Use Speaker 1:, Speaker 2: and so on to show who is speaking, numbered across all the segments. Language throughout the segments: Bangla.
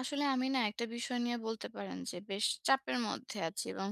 Speaker 1: আসলে আমি না একটা বিষয় নিয়ে বলতে পারেন যে বেশ চাপের মধ্যে আছি, এবং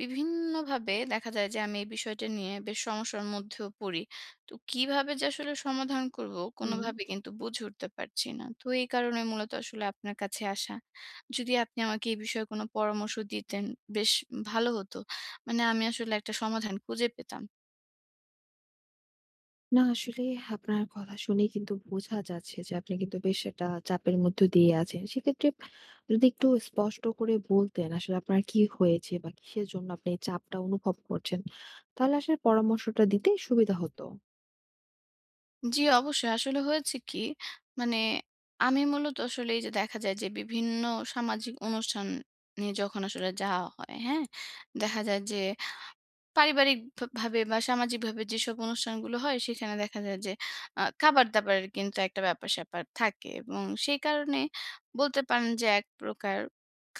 Speaker 1: বিভিন্নভাবে দেখা যায় যে আমি এই বিষয়টা নিয়ে বেশ সমস্যার মধ্যেও পড়ি। তো কিভাবে যে আসলে সমাধান করব
Speaker 2: হুম।
Speaker 1: কোনোভাবে কিন্তু বুঝে উঠতে পারছি না, তো এই কারণে মূলত আসলে আপনার কাছে আসা। যদি আপনি আমাকে এই বিষয়ে কোনো পরামর্শ দিতেন বেশ ভালো হতো, মানে আমি আসলে একটা সমাধান খুঁজে পেতাম।
Speaker 2: না আসলে আপনার কথা শুনেই কিন্তু বোঝা যাচ্ছে যে আপনি কিন্তু বেশ একটা চাপের মধ্য দিয়ে আছেন। সেক্ষেত্রে যদি একটু স্পষ্ট করে বলতেন আসলে আপনার কি হয়েছে বা কিসের জন্য আপনি এই চাপটা অনুভব করছেন? তাহলে আসলে পরামর্শটা দিতে সুবিধা হতো।
Speaker 1: জি, অবশ্যই। আসলে হয়েছে কি, মানে আমি মূলত আসলে এই যে দেখা যায় যে বিভিন্ন সামাজিক অনুষ্ঠানে যখন আসলে যাওয়া হয়, হ্যাঁ? দেখা যায় যে পারিবারিক ভাবে বা সামাজিকভাবে যেসব অনুষ্ঠানগুলো হয় সেখানে দেখা যায় যে খাবার-দাবারের কিন্তু একটা ব্যাপার-স্যাপার থাকে, এবং সেই কারণে বলতে পারেন যে এক প্রকার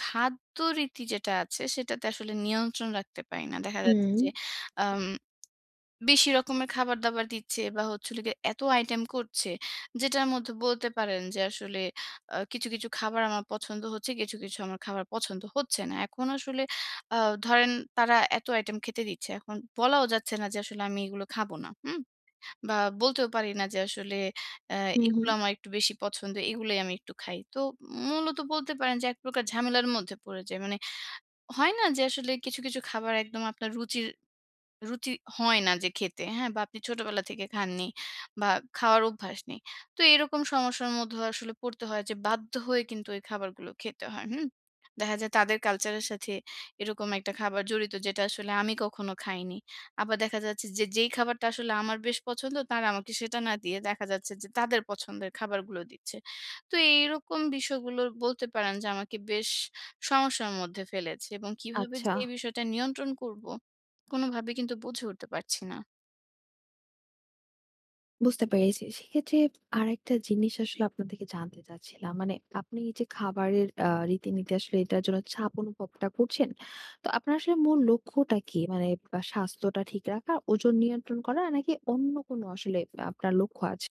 Speaker 1: খাদ্য রীতি যেটা আছে সেটাতে আসলে নিয়ন্ত্রণ রাখতে পারি না। দেখা যাচ্ছে
Speaker 2: হুম,
Speaker 1: যে আম বেশি রকমের খাবার-দাবার দিচ্ছে, বা হচ্ছে হলো গিয়ে এত আইটেম করছে, যেটার মধ্যে বলতে পারেন যে আসলে কিছু, কিছু খাবার আমার পছন্দ হচ্ছে, কিছু, কিছু আমার খাবার পছন্দ হচ্ছে না। এখন আসলে আ ধরেন তারা এত আইটেম খেতে দিচ্ছে। এখন বলাও যাচ্ছে না যে আসলে আমি এগুলো খাবো না। হুম? বা বলতেও পারি না যে আসলে আ
Speaker 2: হুম,
Speaker 1: এগুলো
Speaker 2: হুম।
Speaker 1: আমার একটু বেশি পছন্দ, এগুলোই আমি একটু খাই। তো মূলত বলতে পারেন যে এক প্রকার ঝামেলার মধ্যে পড়ে যাই। মানে হয় না যে আসলে কিছু, কিছু খাবার একদম আপনার রুচি হয় না যে খেতে, হ্যাঁ? বা আপনি ছোটবেলা থেকে খাননি বা খাওয়ার অভ্যাস নেই। তো এরকম সমস্যার মধ্যেও আসলে পড়তে হয় যে বাধ্য হয়ে কিন্তু ওই খাবারগুলো খেতে হয়, হুম? দেখা যায় তাদের কালচারের সাথে এরকম একটা খাবার জড়িত যেটা আসলে আমি কখনো খাইনি। আবার দেখা যাচ্ছে যে যেই খাবারটা আসলে আমার বেশ পছন্দ তারা আমাকে সেটা না দিয়ে দেখা যাচ্ছে যে তাদের পছন্দের খাবারগুলো দিচ্ছে। তো এইরকম বিষয়গুলো বলতে পারেন যে আমাকে বেশ সমস্যার মধ্যে ফেলেছে, এবং কিভাবে যে
Speaker 2: আচ্ছা।
Speaker 1: এই বিষয়টা নিয়ন্ত্রণ করব কোনোভাবে কিন্তু বুঝে উঠতে পারছি না।
Speaker 2: বুঝতে পেরেছি। সেক্ষেত্রে আরেকটা জিনিস আসলে আপনার থেকে জানতে চাচ্ছিলাম। মানে আপনি এই যে খাবারের রীতিনীতি আসলে এটার জন্য চাপ অনুভবটা করছেন। তো আপনার আসলে মূল লক্ষ্যটা কি? মানে স্বাস্থ্যটা ঠিক রাখা, ওজন নিয়ন্ত্রণ করা নাকি অন্য কোনো আসলে আপনার লক্ষ্য আছে?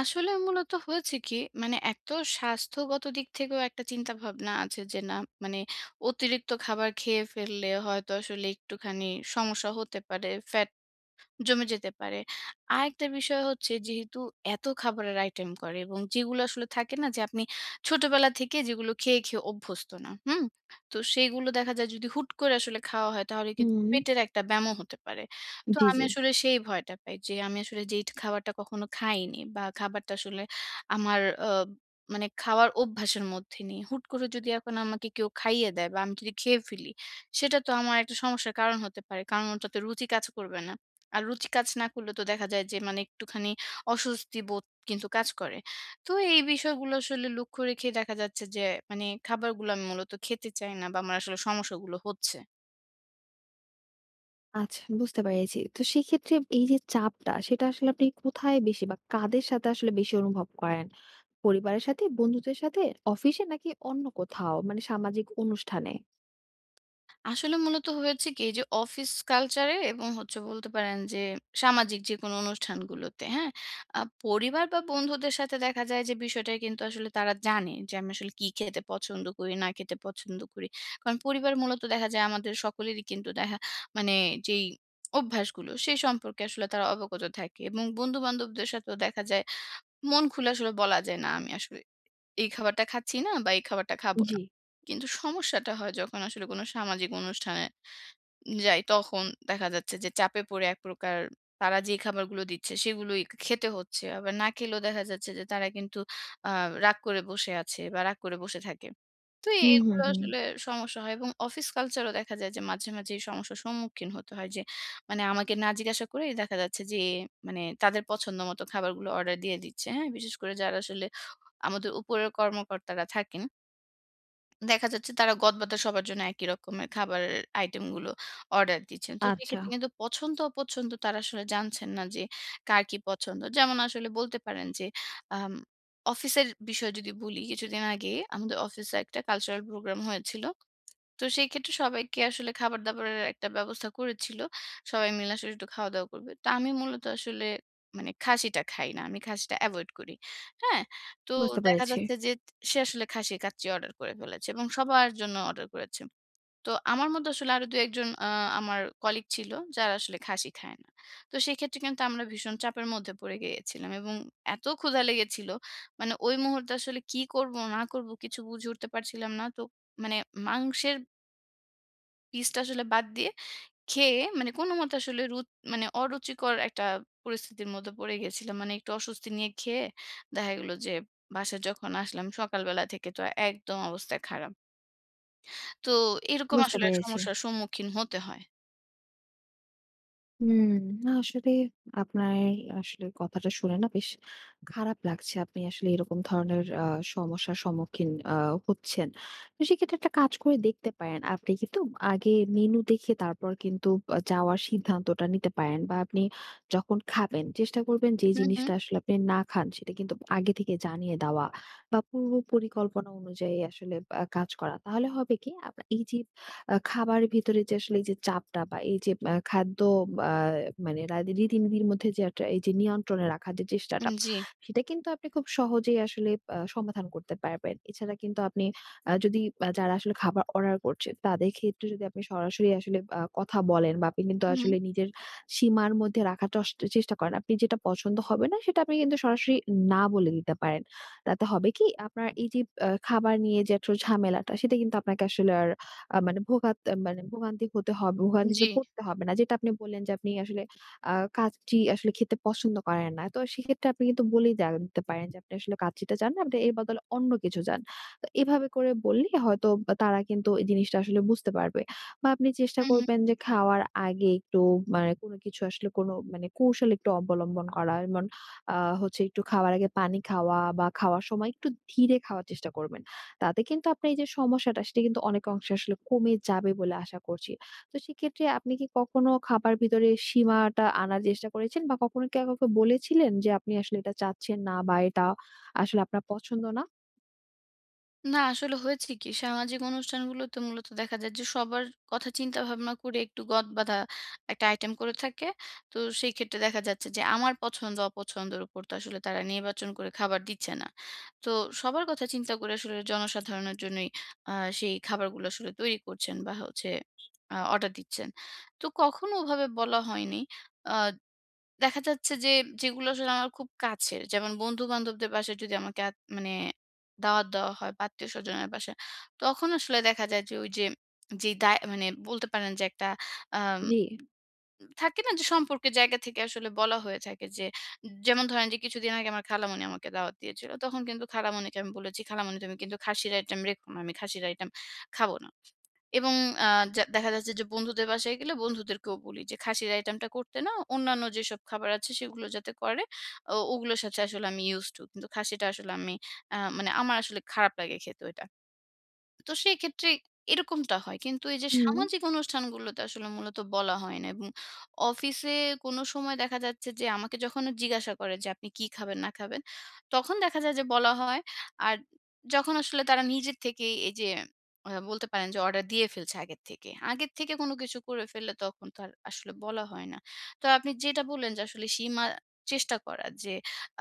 Speaker 1: আসলে মূলত হয়েছে কি, মানে এক তো স্বাস্থ্যগত দিক থেকেও একটা চিন্তা ভাবনা আছে যে না, মানে অতিরিক্ত খাবার খেয়ে ফেললে হয়তো আসলে একটুখানি সমস্যা হতে পারে। ফ্যাট জমে যেতে পারে। আরেকটা বিষয় হচ্ছে যেহেতু এত খাবারের আইটেম করে এবং যেগুলো আসলে থাকে না যে আপনি ছোটবেলা থেকে যেগুলো খেয়ে অভ্যস্ত না, হুম? তো সেইগুলো দেখা যায় যদি হুট করে আসলে খাওয়া হয় তাহলে কিন্তু
Speaker 2: হুম,
Speaker 1: পেটের একটা ব্যামও হতে পারে। তো
Speaker 2: জি,
Speaker 1: আমি
Speaker 2: জি।
Speaker 1: আসলে সেই ভয়টা পাই যে আমি আসলে যেই খাবারটা কখনো খাইনি বা খাবারটা আসলে আমার আ মানে খাওয়ার অভ্যাসের মধ্যে নেই। হুট করে যদি এখন আমাকে কেউ খাইয়ে দেয় বা আমি যদি খেয়ে ফেলি, সেটা তো আমার একটা সমস্যার কারণ হতে পারে। কারণ ওটাতে রুচি কাজ করবে না। আর রুচি কাজ না করলে তো দেখা যায় যে মানে একটুখানি অস্বস্তি বোধ কিন্তু কাজ করে। তো এই বিষয়গুলো আসলে লক্ষ্য রেখে দেখা যাচ্ছে যে মানে খাবারগুলো আমি মূলত খেতে চাই না বা আমার আসলে সমস্যাগুলো হচ্ছে।
Speaker 2: আচ্ছা, বুঝতে পেরেছি। তো সেক্ষেত্রে এই যে চাপটা সেটা আসলে আপনি কোথায় বেশি বা কাদের সাথে আসলে বেশি অনুভব করেন? পরিবারের সাথে, বন্ধুদের সাথে, অফিসে নাকি অন্য কোথাও? মানে সামাজিক অনুষ্ঠানে?
Speaker 1: আসলে মূলত হয়েছে কি যে অফিস কালচারে, এবং হচ্ছে বলতে পারেন যে সামাজিক যে কোনো অনুষ্ঠানগুলোতে, হ্যাঁ। পরিবার বা বন্ধুদের সাথে দেখা যায় যে বিষয়টা কিন্তু আসলে তারা জানে যে আমি আসলে কি খেতে পছন্দ করি না খেতে পছন্দ করি, কারণ পরিবার মূলত দেখা যায় আমাদের সকলেরই কিন্তু দেখা, মানে যেই অভ্যাসগুলো সেই সম্পর্কে আসলে তারা অবগত থাকে, এবং বন্ধু বান্ধবদের সাথেও দেখা যায় মন খুলে আসলে বলা যায় না আমি আসলে এই খাবারটা খাচ্ছি না বা এই খাবারটা খাবো না।
Speaker 2: জি।
Speaker 1: কিন্তু সমস্যাটা হয় যখন আসলে কোনো সামাজিক অনুষ্ঠানে যাই, তখন দেখা যাচ্ছে যে চাপে পড়ে এক প্রকার তারা যে খাবারগুলো দিচ্ছে সেগুলোই খেতে হচ্ছে। আবার না খেলেও দেখা যাচ্ছে যে তারা কিন্তু আ রাগ করে বসে আছে বা রাগ করে বসে থাকে। তো এ
Speaker 2: হুম, হুম,
Speaker 1: এগুলো
Speaker 2: হুম।
Speaker 1: আসলে সমস্যা হয়, এবং অফিস কালচারও দেখা যায় যে মাঝে, মাঝে এই সমস্যার সম্মুখীন হতে হয় যে মানে আমাকে না জিজ্ঞাসা করেই দেখা যাচ্ছে যে মানে তাদের পছন্দ মতো খাবারগুলো অর্ডার দিয়ে দিচ্ছে। হ্যাঁ? বিশেষ করে যারা আসলে আমাদের উপরের কর্মকর্তারা থাকেন। দেখা যাচ্ছে তারা গতবাতা সবার জন্য একই রকমের খাবারের আইটেমগুলো অর্ডার দিচ্ছেন। তো
Speaker 2: আচ্ছা,
Speaker 1: সেক্ষেত্রে কিন্তু পছন্দ অপছন্দ তারা আসলে জানছেন না যে কার কি পছন্দ। যেমন আসলে বলতে পারেন যে আম অফিসের বিষয় যদি বলি, কিছুদিন আগে আমাদের অফিসে একটা কালচারাল প্রোগ্রাম হয়েছিল। তো সেই ক্ষেত্রে সবাইকে আসলে খাবার-দাবারের একটা ব্যবস্থা করেছিল। সবাই মিলে আসলে একটু খাওয়া-দাওয়া করবে। তো আমি মূলত আসলে মানে খাসিটা খাই না। আমি খাসিটা এভয়েড করি। হ্যাঁ? তো
Speaker 2: বুঝতে
Speaker 1: দেখা
Speaker 2: পেরেছি,
Speaker 1: যাচ্ছে যে সে আসলে খাসির কাচ্চি অর্ডার করে ফেলেছে এবং সবার জন্য অর্ডার করেছে। তো আমার মতো আসলে আরো ২-১ জন আমার কলিগ ছিল যারা আসলে খাসি খায় না। তো সেক্ষেত্রে কিন্তু আমরা ভীষণ চাপের মধ্যে পড়ে গিয়েছিলাম, এবং এত ক্ষুধা লেগেছিল, মানে ওই মুহূর্তে আসলে কি করব না করব কিছু বুঝে উঠতে পারছিলাম না। তো মানে মাংসের পিসটা আসলে বাদ দিয়ে খেয়ে মানে কোনমতে আসলে মানে অরুচিকর একটা পরিস্থিতির মধ্যে পড়ে গেছিলাম। মানে একটু অস্বস্তি নিয়ে খেয়ে দেখা গেল যে বাসায় যখন আসলাম সকালবেলা থেকে তো একদম অবস্থা খারাপ। তো এরকম
Speaker 2: বুঝতে
Speaker 1: আসলে
Speaker 2: পেরেছি।
Speaker 1: সমস্যার সম্মুখীন হতে হয়।
Speaker 2: হুম, না আসলে আপনার আসলে কথাটা শুনে না বেশ খারাপ লাগছে। আপনি আসলে এরকম ধরনের সমস্যার সম্মুখীন হচ্ছেন। তো সেক্ষেত্রে একটা কাজ করে দেখতে পারেন। আপনি কিন্তু আগে মেনু দেখে তারপর কিন্তু যাওয়ার সিদ্ধান্তটা নিতে পারেন বা আপনি যখন খাবেন চেষ্টা করবেন যে
Speaker 1: হু, হু।
Speaker 2: জিনিসটা আসলে আপনি না খান সেটা কিন্তু আগে থেকে জানিয়ে দেওয়া বা পূর্ব পরিকল্পনা অনুযায়ী আসলে কাজ করা। তাহলে হবে কি? আপনার এই যে খাবারের ভিতরে যে আসলে এই যে চাপটা বা এই যে খাদ্য বা মানে রীতিনীতির মধ্যে যে একটা এই যে নিয়ন্ত্রণে রাখার যে চেষ্টাটা,
Speaker 1: জি।
Speaker 2: সেটা কিন্তু আপনি খুব সহজেই আসলে সমাধান করতে পারবেন। এছাড়া কিন্তু আপনি যদি যারা আসলে খাবার অর্ডার করছে, তাদের ক্ষেত্রে যদি আপনি সরাসরি আসলে কথা বলেন বা আপনি কিন্তু
Speaker 1: হু, হু।
Speaker 2: আসলে নিজের সীমার মধ্যে রাখার চেষ্টা করেন। আপনি যেটা পছন্দ হবে না, সেটা আপনি কিন্তু সরাসরি না বলে দিতে পারেন। তাতে হবে কি? আপনার এই যে খাবার নিয়ে যে একটা ঝামেলাটা, সেটা কিন্তু আপনাকে আসলে আর আ মানে ভোগাত মানে ভোগান্তিতে
Speaker 1: জি।
Speaker 2: পড়তে হবে না। যেটা আপনি বললেন যে আপনি আসলে আ কাচ্চি আসলে খেতে পছন্দ করেন না। তো সেক্ষেত্রে আপনি কিন্তু বলেই দিতে পারেন যে আপনি আসলে কাচ্চিটা চান না, আপনি এর বদলে অন্য কিছু চান। তো এভাবে করে বললে হয়তো তারা কিন্তু এই জিনিসটা আসলে বুঝতে পারবে। বা আপনি চেষ্টা
Speaker 1: হু, হু।
Speaker 2: করবেন যে খাওয়ার আগে একটু মানে কোনো কিছু আসলে কোনো মানে কৌশল একটু অবলম্বন করা। যেমন আ হচ্ছে একটু খাওয়ার আগে পানি খাওয়া বা খাওয়ার সময় একটু ধীরে খাওয়ার চেষ্টা করবেন। তাতে কিন্তু আপনার এই যে সমস্যাটা সেটা কিন্তু অনেক অংশে আসলে কমে যাবে বলে আশা করছি। তো সেক্ষেত্রে আপনি কি কখনো খাবার ভিতরে সীমাটা আনার চেষ্টা করেছেন বা কখনো কি কাউকে বলেছিলেন যে আপনি আসলে এটা চাচ্ছেন না বা এটা আসলে আপনার পছন্দ না?
Speaker 1: না, আসলে হয়েছে কি, সামাজিক অনুষ্ঠানগুলোতে মূলত দেখা যায় যে সবার কথা চিন্তা ভাবনা করে একটু গদ বাঁধা একটা আইটেম করে থাকে। তো সেই ক্ষেত্রে দেখা যাচ্ছে যে আমার পছন্দ অপছন্দের উপর তো আসলে তারা নির্বাচন করে খাবার দিচ্ছে না। তো সবার কথা চিন্তা করে আসলে জনসাধারণের জন্যই সেই খাবারগুলো আসলে তৈরি করছেন, বা হচ্ছে অর্ডার দিচ্ছেন। তো কখনো ওভাবে বলা হয়নি। দেখা যাচ্ছে যে যেগুলো আসলে আমার খুব কাছের, যেমন বন্ধু-বান্ধবদের বাসায় যদি আমাকে মানে দাওয়াত দেওয়া হয় বা আত্মীয়-স্বজনের বাসায়, তখন আসলে দেখা যায় যে ওই যে যেই দায় মানে বলতে পারেন যে একটা আম
Speaker 2: জি।
Speaker 1: থাকে না, যে সম্পর্কের জায়গা থেকে আসলে বলা হয়ে থাকে যে যেমন ধরেন যে কিছুদিন আগে আমার খালামণি আমাকে দাওয়াত দিয়েছিল। তখন কিন্তু খালামণিকে আমি বলেছি, "খালামণি তুমি কিন্তু খাসির আইটেম রেখো না। আমি খাসির আইটেম খাবো না।" এবং আ যা দেখা যাচ্ছে যে বন্ধুদের বাসায় গেলে বন্ধুদেরকেও বলি যে, খাসির আইটেমটা করতে না, অন্যান্য যেসব খাবার আছে সেগুলো যাতে করে, ওগুলোর সাথে আসলে আমি used to, কিন্তু খাসিটা আসলে আমি মানে আমার আসলে খারাপ লাগে খেতে ওইটা। তো সেক্ষেত্রে এরকমটা হয়। কিন্তু এই যে
Speaker 2: হুম।
Speaker 1: সামাজিক অনুষ্ঠানগুলোতে আসলে মূলত বলা হয় না, এবং অফিসে কোনো সময় দেখা যাচ্ছে যে আমাকে যখন জিজ্ঞাসা করে যে, "আপনি কি খাবেন না খাবেন?" তখন দেখা যায় যে বলা হয়। আর যখন আসলে তারা নিজের থেকেই এই যে বলতে পারেন যে অর্ডার দিয়ে ফেলছে আগের থেকে। আগের থেকে কোনো কিছু করে ফেললে তখন তো আর আসলে বলা হয় না। তো আপনি যেটা বললেন যে আসলে সীমা চেষ্টা করা, যে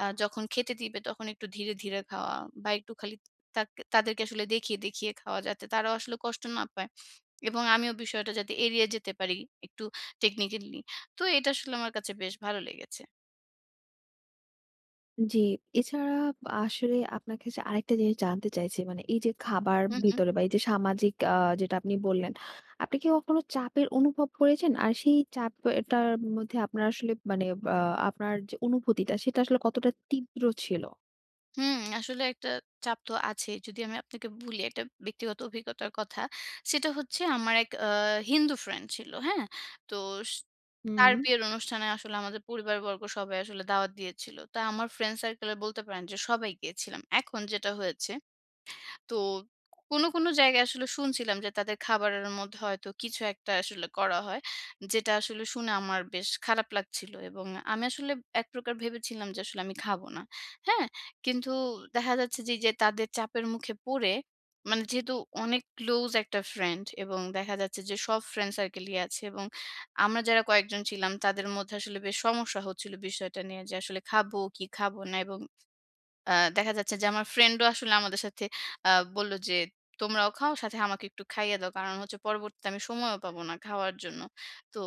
Speaker 1: যখন খেতে দিবে তখন একটু ধীরে, ধীরে খাওয়া, বা একটু খালি তাক তাদেরকে আসলে দেখিয়ে, দেখিয়ে খাওয়া যাতে তারাও আসলে কষ্ট না পায়, এবং আমিও বিষয়টা যাতে এড়িয়ে যেতে পারি একটু টেকনিক্যালি। তো এটা আসলে আমার কাছে বেশ ভালো লেগেছে।
Speaker 2: জি, এছাড়া আসলে আপনার কাছে আরেকটা জিনিস জানতে চাইছি। মানে এই যে খাবার
Speaker 1: হুম, হুম।
Speaker 2: ভিতরে বা এই যে সামাজিক যেটা আপনি বললেন, আপনি কি কখনো চাপের অনুভব করেছেন? আর সেই চাপটার মধ্যে আপনার আসলে মানে আ আপনার যে অনুভূতিটা সেটা আসলে কতটা তীব্র ছিল?
Speaker 1: হুম, আসলে একটা চাপ তো আছে। যদি আমি আপনাকে বলি একটা ব্যক্তিগত অভিজ্ঞতার কথা, সেটা হচ্ছে আমার এক হিন্দু ফ্রেন্ড ছিল, হ্যাঁ? তো স
Speaker 2: হুম।
Speaker 1: তার বিয়ের অনুষ্ঠানে আসলে আমাদের পরিবারবর্গ সবাই আসলে দাওয়াত দিয়েছিল। তা আমার ফ্রেন্ড সার্কেল এ বলতে পারেন যে সবাই গিয়েছিলাম। এখন যেটা হয়েছে, তো কোনো, কোনো জায়গায় আসলে শুনছিলাম যে তাদের খাবারের মধ্যে হয়তো কিছু একটা আসলে করা হয়। যেটা আসলে শুনে আমার বেশ খারাপ লাগছিল, এবং আমি আসলে এক প্রকার ভেবেছিলাম যে আসলে আমি খাবো না। হ্যাঁ? কিন্তু দেখা যাচ্ছে যে, এইযে তাদের চাপের মুখে পড়ে, মানে যেহেতু অনেক ক্লোজ একটা ফ্রেন্ড এবং দেখা যাচ্ছে যে সব ফ্রেন্ড সার্কেলই আছে, এবং আমরা যারা কয়েকজন ছিলাম তাদের মধ্যে আসলে বেশ সমস্যা হচ্ছিল বিষয়টা নিয়ে যে আসলে খাবো কি খাবো না, এবং দেখা যাচ্ছে যে আমার ফ্রেন্ডও আসলে আমাদের সাথে আ বলল যে, "তোমরাও খাও, সাথে আমাকে একটু খাইয়ে দাও।" কারণ হচ্ছে পরবর্তীতে আমি সময়ও পাবো না খাওয়ার জন্য। তো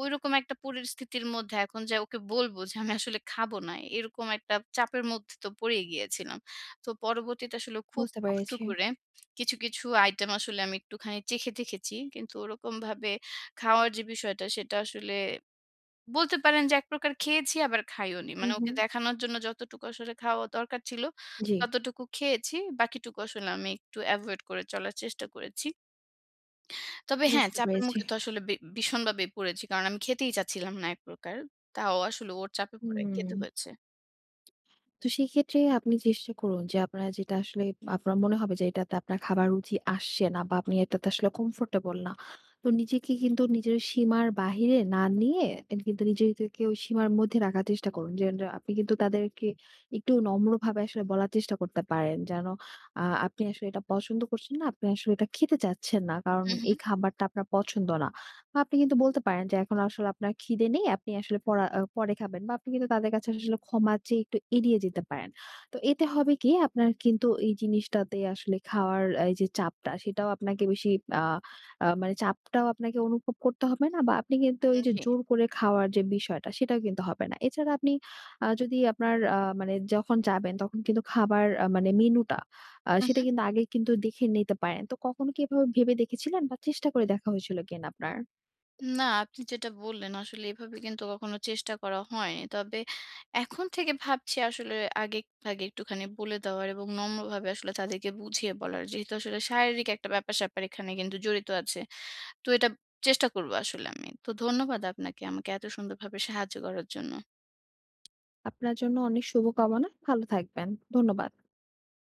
Speaker 1: ঐরকম একটা পরিস্থিতির মধ্যে এখন যে ওকে বলব যে আমি আসলে খাবো না, এরকম একটা চাপের মধ্যে তো পড়েই গিয়েছিলাম। তো পরবর্তীতে আসলে খুব
Speaker 2: বুঝতে
Speaker 1: কষ্ট
Speaker 2: পেরেছি।
Speaker 1: করে কিছু, কিছু আইটেম আসলে আমি একটুখানি চেখে দেখেছি। কিন্তু ওরকমভাবে খাওয়ার যে বিষয়টা সেটা আসলে বলতে পারেন যে এক প্রকার খেয়েছি আবার খাইওনি। হুম।
Speaker 2: হু,
Speaker 1: মানে
Speaker 2: হু।
Speaker 1: ওকে দেখানোর জন্য যতটুকু আসলে খাওয়া দরকার ছিল,
Speaker 2: জি,
Speaker 1: ততটুকু খেয়েছি। বাকিটুকু আসলে আমি একটু এভয়েড করে চলার চেষ্টা করেছি। তবে হ্যাঁ,
Speaker 2: বুঝতে
Speaker 1: চাপের
Speaker 2: পেরেছি।
Speaker 1: মুখে তো আসলে ভীষণভাবে পড়েছি। কারণ আমি খেতেই চাচ্ছিলাম না এক প্রকার। তাও আসলে ওর চাপে পড়ে খেতে
Speaker 2: হুম।
Speaker 1: হয়েছে।
Speaker 2: তো সেক্ষেত্রে আপনি চেষ্টা করুন যে আপনার যেটা আসলে আপনার মনে হবে যে এটাতে আপনার খাবার রুচি আসছে না বা আপনি এটাতে আসলে কমফোর্টেবল না। তো নিজেকে কিন্তু নিজের সীমার বাহিরে না নিয়ে কিন্তু নিজেকে ওই সীমার মধ্যে রাখার চেষ্টা করুন যে আপনি কিন্তু তাদেরকে একটু নম্রভাবে আসলে বলার চেষ্টা করতে পারেন যেন আপনি আসলে এটা পছন্দ করছেন না, আপনি আসলে এটা খেতে চাচ্ছেন না কারণ
Speaker 1: হু, হু।
Speaker 2: এই খাবারটা আপনার পছন্দ না। আপনি কিন্তু বলতে পারেন যে এখন আসলে আপনার খিদে নেই। আপনি আসলে পরা আ পরে খাবেন বা আপনি কিন্তু তাদের কাছে আসলে ক্ষমা চেয়ে একটু এড়িয়ে যেতে পারেন। তো এতে হবে কি? আপনার কিন্তু এই জিনিসটাতে আসলে খাওয়ার এই যে চাপটা সেটাও আপনাকে বেশি আ আ মানে চাপটাও আপনাকে অনুভব করতে হবে না বা আপনি কিন্তু এই যে
Speaker 1: জি।
Speaker 2: জোর করে খাওয়ার যে বিষয়টা সেটাও কিন্তু হবে না। এছাড়া আপনি যদি আপনার মানে যখন যাবেন তখন কিন্তু খাবার মানে মেনুটা
Speaker 1: হু,
Speaker 2: সেটা
Speaker 1: হু।
Speaker 2: কিন্তু আগে কিন্তু দেখে নিতে পারেন। তো কখনো কি এভাবে ভেবে দেখেছিলেন বা চেষ্টা করে দেখা হয়েছিল কিনা আপনার?
Speaker 1: না, আপনি যেটা বললেন আসলে এভাবে কিন্তু কখনো চেষ্টা করা হয়নি। তবে এখন থেকে ভাবছি আসলে আগে, আগে একটুখানি বলে দেওয়ার এবং নম্রভাবে আসলে তাদেরকে বুঝিয়ে বলার। যেহেতু আসলে শারীরিক একটা ব্যাপার-স্যাপার এখানে কিন্তু জড়িত আছে। তো এটা চেষ্টা করব আসলে আমি। তো ধন্যবাদ আপনাকে আমাকে এত সুন্দরভাবে সাহায্য করার জন্য।
Speaker 2: আপনার জন্য অনেক শুভকামনা। ভালো থাকবেন। ধন্যবাদ।